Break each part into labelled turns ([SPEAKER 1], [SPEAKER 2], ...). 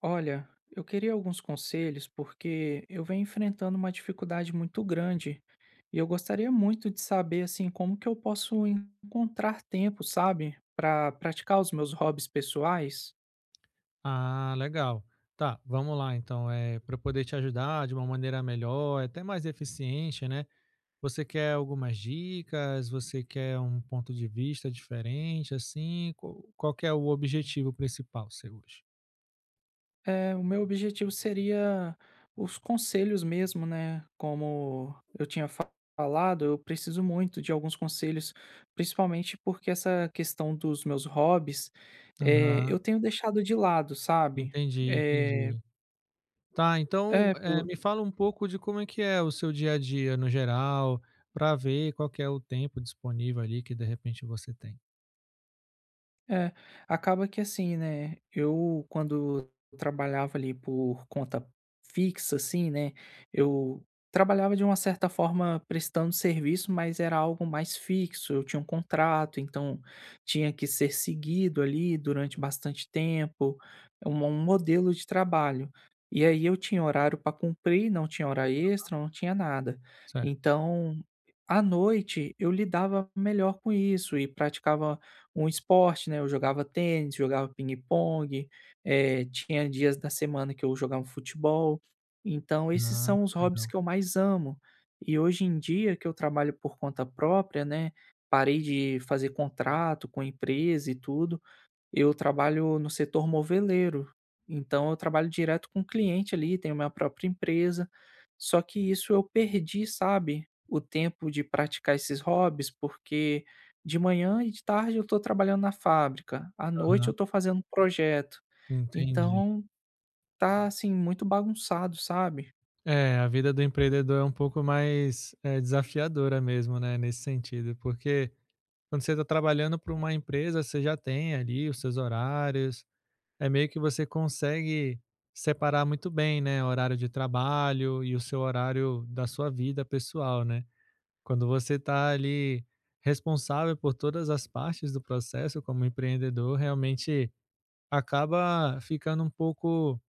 [SPEAKER 1] Olha, eu queria alguns conselhos porque eu venho enfrentando uma dificuldade muito grande e eu gostaria muito de saber assim como que eu posso encontrar tempo, sabe, para praticar os meus hobbies pessoais.
[SPEAKER 2] Ah, legal. Tá, vamos lá então. É, para eu poder te ajudar de uma maneira melhor, até mais eficiente, né? Você quer algumas dicas? Você quer um ponto de vista diferente, assim? Qual que é o objetivo principal seu hoje?
[SPEAKER 1] É, o meu objetivo seria os conselhos mesmo, né? Como eu tinha falado, eu preciso muito de alguns conselhos, principalmente porque essa questão dos meus hobbies, é,
[SPEAKER 2] Aham,
[SPEAKER 1] eu tenho deixado de lado, sabe?
[SPEAKER 2] entendi,
[SPEAKER 1] É,
[SPEAKER 2] entendi. Tá, então
[SPEAKER 1] é,
[SPEAKER 2] é, me fala um pouco de como é que é o seu dia a dia no geral, para ver qual que é o tempo disponível ali que de repente você tem.
[SPEAKER 1] É, Acaba que assim, né, eu quando trabalhava ali por conta fixa, assim, né, eu trabalhava de uma certa forma prestando serviço, mas era algo mais fixo, eu tinha um contrato, então tinha que ser seguido ali durante bastante tempo, é um modelo de trabalho. E aí eu tinha horário para cumprir, não tinha hora extra, não tinha nada.
[SPEAKER 2] Certo.
[SPEAKER 1] Então, à noite eu lidava melhor com isso e praticava um esporte, né, eu jogava tênis, jogava ping pong, tinha dias da semana que eu jogava futebol. Então esses
[SPEAKER 2] Ah,
[SPEAKER 1] são os hobbies
[SPEAKER 2] legal.
[SPEAKER 1] que eu mais amo. E hoje em dia que eu trabalho por conta própria, né, parei de fazer contrato com empresa e tudo, eu trabalho no setor moveleiro, então eu trabalho direto com o cliente ali, tenho minha própria empresa. Só que isso eu perdi, sabe, o tempo de praticar esses hobbies, porque de manhã e de tarde eu estou trabalhando na fábrica, à noite eu
[SPEAKER 2] Aham,
[SPEAKER 1] estou fazendo um projeto.
[SPEAKER 2] entendi.
[SPEAKER 1] Então tá assim muito bagunçado, sabe?
[SPEAKER 2] É, a vida do empreendedor é um pouco mais, desafiadora mesmo, né, nesse sentido, porque quando você está trabalhando para uma empresa, você já tem ali os seus horários, é meio que você consegue separar muito bem, né, horário de trabalho e o seu horário da sua vida pessoal, né. Quando você está ali responsável por todas as partes do processo como empreendedor, realmente acaba ficando um pouco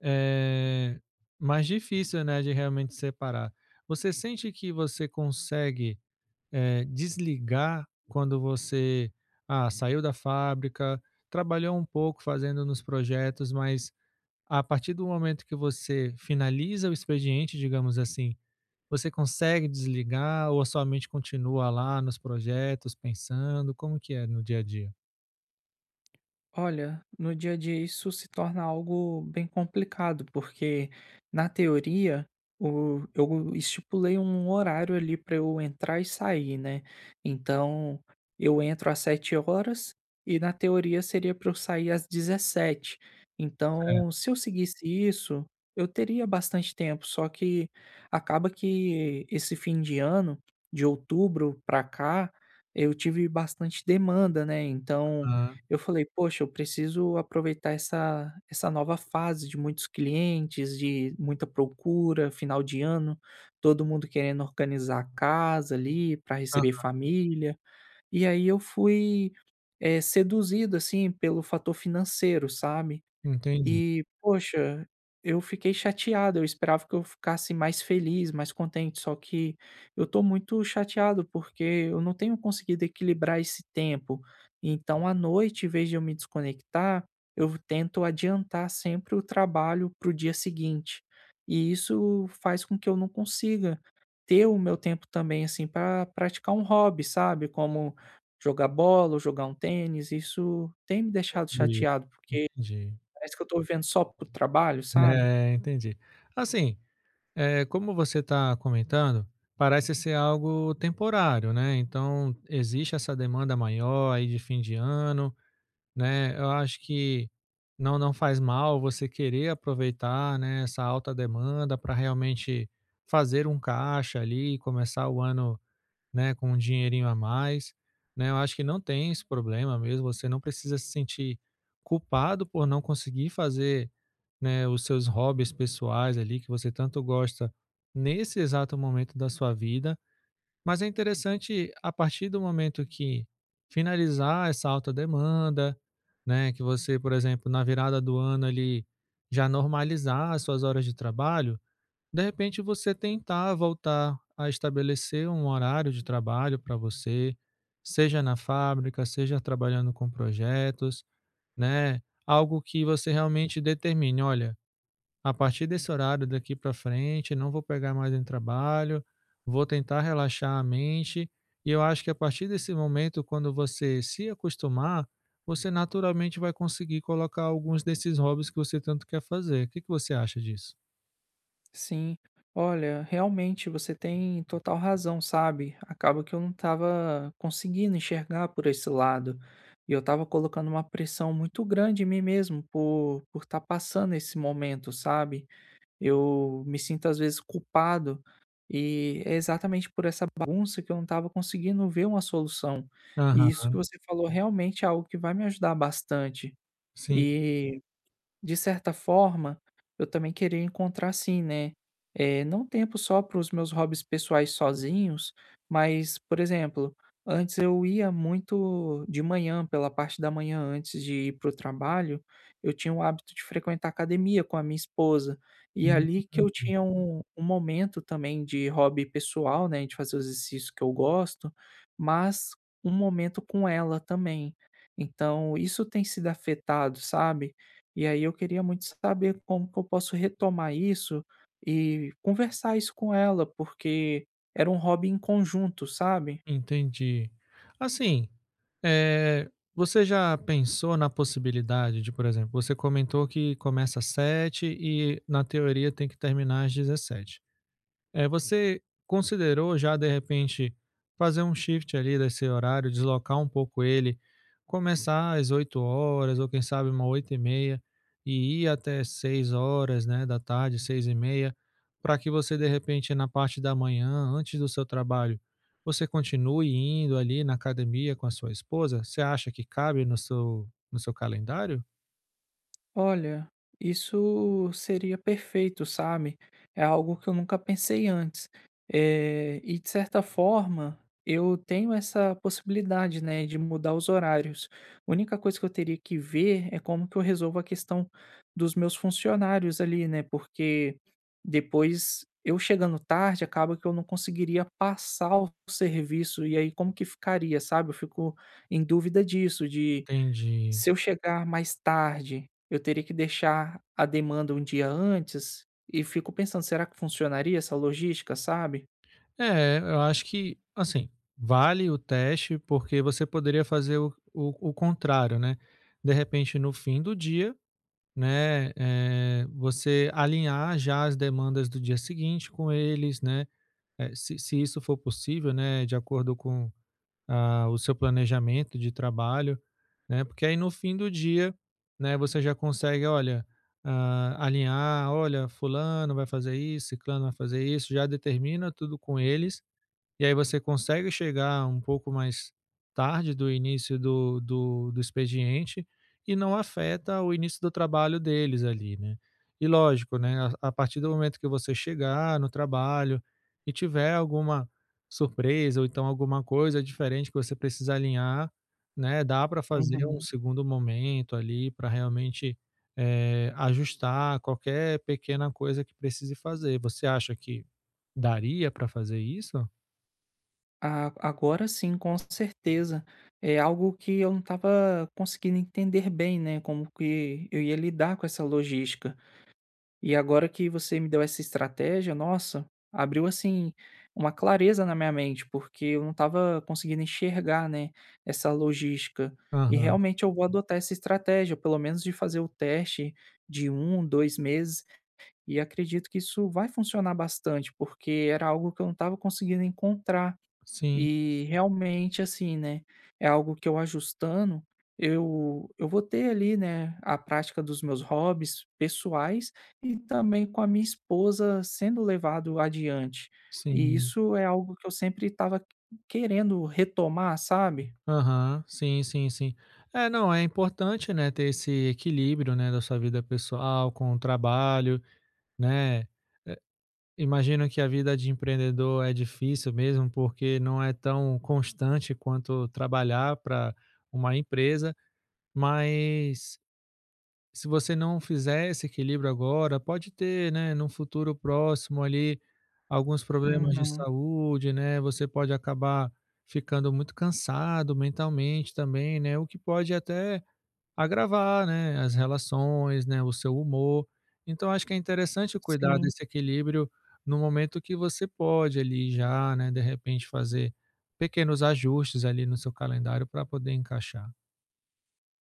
[SPEAKER 2] é mais difícil, né, de realmente separar. Você sente que você consegue, desligar quando você, saiu da fábrica, trabalhou um pouco fazendo nos projetos, mas a partir do momento que você finaliza o expediente, digamos assim, você consegue desligar ou a sua mente continua lá nos projetos pensando? Como que é no dia a dia?
[SPEAKER 1] Olha, no dia a dia isso se torna algo bem complicado, porque na teoria eu estipulei um horário ali para eu entrar e sair, né? Então eu entro às 7 horas e na teoria seria para eu sair às 17.
[SPEAKER 2] Certo.
[SPEAKER 1] Então, se eu seguisse isso, eu teria bastante tempo, só que acaba que esse fim de ano, de outubro para cá, eu tive bastante demanda, né? Então
[SPEAKER 2] Aham.
[SPEAKER 1] eu falei: "Poxa, eu preciso aproveitar essa nova fase de muitos clientes, de muita procura, final de ano, todo mundo querendo organizar a casa ali para receber
[SPEAKER 2] Aham.
[SPEAKER 1] família". E aí eu fui, seduzido, assim, pelo fator financeiro, sabe.
[SPEAKER 2] Entendi,
[SPEAKER 1] E, poxa, eu fiquei chateado, eu esperava que eu ficasse mais feliz, mais contente, só que eu tô muito chateado porque eu não tenho conseguido equilibrar esse tempo. Então, à noite, em vez de eu me desconectar, eu tento adiantar sempre o trabalho para o dia seguinte. E isso faz com que eu não consiga ter o meu tempo também, assim, para praticar um hobby, sabe? Como jogar bola ou jogar um tênis. Isso tem me deixado
[SPEAKER 2] entendi,
[SPEAKER 1] chateado, porque
[SPEAKER 2] entendi.
[SPEAKER 1] parece que eu tô vivendo só para trabalho, sabe.
[SPEAKER 2] É, entendi. Assim, como você está comentando, parece ser algo temporário, né, então existe essa demanda maior aí de fim de ano, né, eu acho que não não faz mal você querer aproveitar, né, essa alta demanda para realmente fazer um caixa ali começar o ano, né, com um dinheirinho a mais, né? Eu acho que não tem esse problema mesmo, você não precisa se sentir culpado por não conseguir fazer, né, os seus hobbies pessoais ali que você tanto gosta nesse exato momento da sua vida, mas é interessante a partir do momento que finalizar essa alta demanda, né, que você, por exemplo, na virada do ano ali já normalizar as suas horas de trabalho, de repente você tentar voltar a estabelecer um horário de trabalho para você, seja na fábrica, seja trabalhando com projetos, né? Algo que você realmente determine, olha, a partir desse horário daqui para frente, não vou pegar mais em trabalho, vou tentar relaxar a mente, e eu acho que a partir desse momento, quando você se acostumar, você naturalmente vai conseguir colocar alguns desses hobbies que você tanto quer fazer. O que que você acha disso?
[SPEAKER 1] Sim, olha, realmente você tem total razão, sabe. Acaba que eu não estava conseguindo enxergar por esse lado, e eu estava colocando uma pressão muito grande em mim mesmo por estar passando esse momento, sabe. Eu me sinto às vezes culpado, e é exatamente por essa bagunça que eu não estava conseguindo ver uma solução. E isso
[SPEAKER 2] Aham,
[SPEAKER 1] que você falou realmente é algo que vai me ajudar bastante.
[SPEAKER 2] sim.
[SPEAKER 1] E De certa forma, eu também queria encontrar assim, né, não tempo só para os meus hobbies pessoais sozinhos, mas, por exemplo, antes eu ia muito de manhã, pela parte da manhã, antes de ir para o trabalho, eu tinha o hábito de frequentar academia com a minha esposa. E
[SPEAKER 2] Hum,
[SPEAKER 1] ali que eu tinha um momento também de hobby pessoal, né, de fazer os exercícios que eu gosto, mas um momento com ela também. Então isso tem sido afetado, sabe? E aí eu queria muito saber como que eu posso retomar isso e conversar isso com ela, porque era um hobby em conjunto, sabe?
[SPEAKER 2] entendi. Assim, você já pensou na possibilidade de, por exemplo, você comentou que começa às 7 e na teoria tem que terminar às 17. É, você considerou já, de repente, fazer um shift ali desse horário, deslocar um pouco ele, começar às 8 horas ou quem sabe uma 8h30 e ir até 6 horas, né, da tarde, 6h30, para que você, de repente, na parte da manhã, antes do seu trabalho, você continue indo ali na academia com a sua esposa? Você acha que cabe no seu no seu calendário?
[SPEAKER 1] Olha, isso seria perfeito, sabe? É algo que eu nunca pensei antes. E de certa forma, eu tenho essa possibilidade, né, de mudar os horários. A única coisa que eu teria que ver é como que eu resolvo a questão dos meus funcionários ali, né? Porque depois eu chegando tarde, acaba que eu não conseguiria passar o serviço. E aí, como que ficaria, sabe? Eu fico em dúvida disso, de
[SPEAKER 2] Entendi.
[SPEAKER 1] se eu chegar mais tarde, eu teria que deixar a demanda um dia antes, e fico pensando: "Será que funcionaria essa logística?", sabe.
[SPEAKER 2] É, eu acho que, assim, vale o teste, porque você poderia fazer o contrário, né. De repente, no fim do dia, né, você alinhar já as demandas do dia seguinte com eles, né, se isso for possível, né, de acordo com, o seu planejamento de trabalho, né. Porque aí no fim do dia, né, você já consegue, olha, alinhar: "Olha, fulano vai fazer isso, ciclano vai fazer isso", já determina tudo com eles, e aí você consegue chegar um pouco mais tarde do início do expediente e não afeta o início do trabalho deles ali, né. E lógico, né, a partir do momento que você chegar no trabalho e tiver alguma surpresa ou então alguma coisa diferente que você precisa alinhar, né, dá para fazer um
[SPEAKER 1] Uhum.
[SPEAKER 2] segundo momento ali para realmente, ajustar qualquer pequena coisa que precise fazer. Você acha que daria para fazer isso?
[SPEAKER 1] A agora sim, com certeza. É algo que eu não estava conseguindo entender bem, né, como que eu ia lidar com essa logística. E agora que você me deu essa estratégia, nossa, abriu assim uma clareza na minha mente, porque eu não estava conseguindo enxergar, né, essa logística. E
[SPEAKER 2] Aham.
[SPEAKER 1] realmente eu vou Uhum. adotar essa estratégia, pelo menos de fazer o teste de um, 2 meses, e acredito que isso vai funcionar bastante, porque era algo que eu não estava conseguindo encontrar.
[SPEAKER 2] Sim,
[SPEAKER 1] E realmente, assim, né, é algo que eu ajustando, eu vou ter ali, né, a prática dos meus hobbies pessoais e também com a minha esposa sendo levado adiante. E
[SPEAKER 2] sim.
[SPEAKER 1] isso é algo que eu sempre estava querendo retomar, sabe?
[SPEAKER 2] Aham. Sim, sim, sim. É, não, é importante, né, ter esse equilíbrio, né, da sua vida pessoal com o trabalho, né. Eh, Imagino que a vida de empreendedor é difícil mesmo, porque não é tão constante quanto trabalhar para uma empresa, mas se você não fizer esse equilíbrio agora, pode ter, né, num futuro próximo ali, alguns problemas de
[SPEAKER 1] Uhum.
[SPEAKER 2] saúde, né, você pode acabar ficando muito cansado mentalmente também, né, o que pode até agravar, né, as relações, né, o seu humor. Então acho que é interessante cuidar
[SPEAKER 1] Sim.
[SPEAKER 2] desse equilíbrio no momento que você pode ali já, né, de repente fazer pequenos ajustes ali no seu calendário para poder encaixar.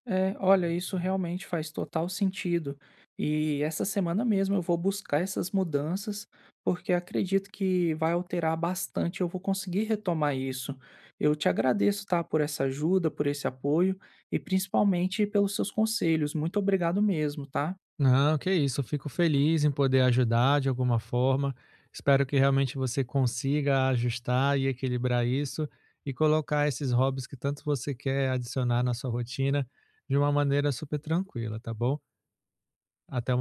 [SPEAKER 1] É, olha, isso realmente faz total sentido. E essa semana mesmo eu vou buscar essas mudanças, porque acredito que vai alterar bastante, eu vou conseguir retomar isso. Eu te agradeço, tá, por essa ajuda, por esse apoio e principalmente pelos seus conselhos. Muito obrigado mesmo, tá?
[SPEAKER 2] Não, que isso, eu fico feliz em poder ajudar de alguma forma. Espero que realmente você consiga ajustar e equilibrar isso e colocar esses hobbies que tanto você quer adicionar na sua rotina de uma maneira super tranquila, tá bom? Até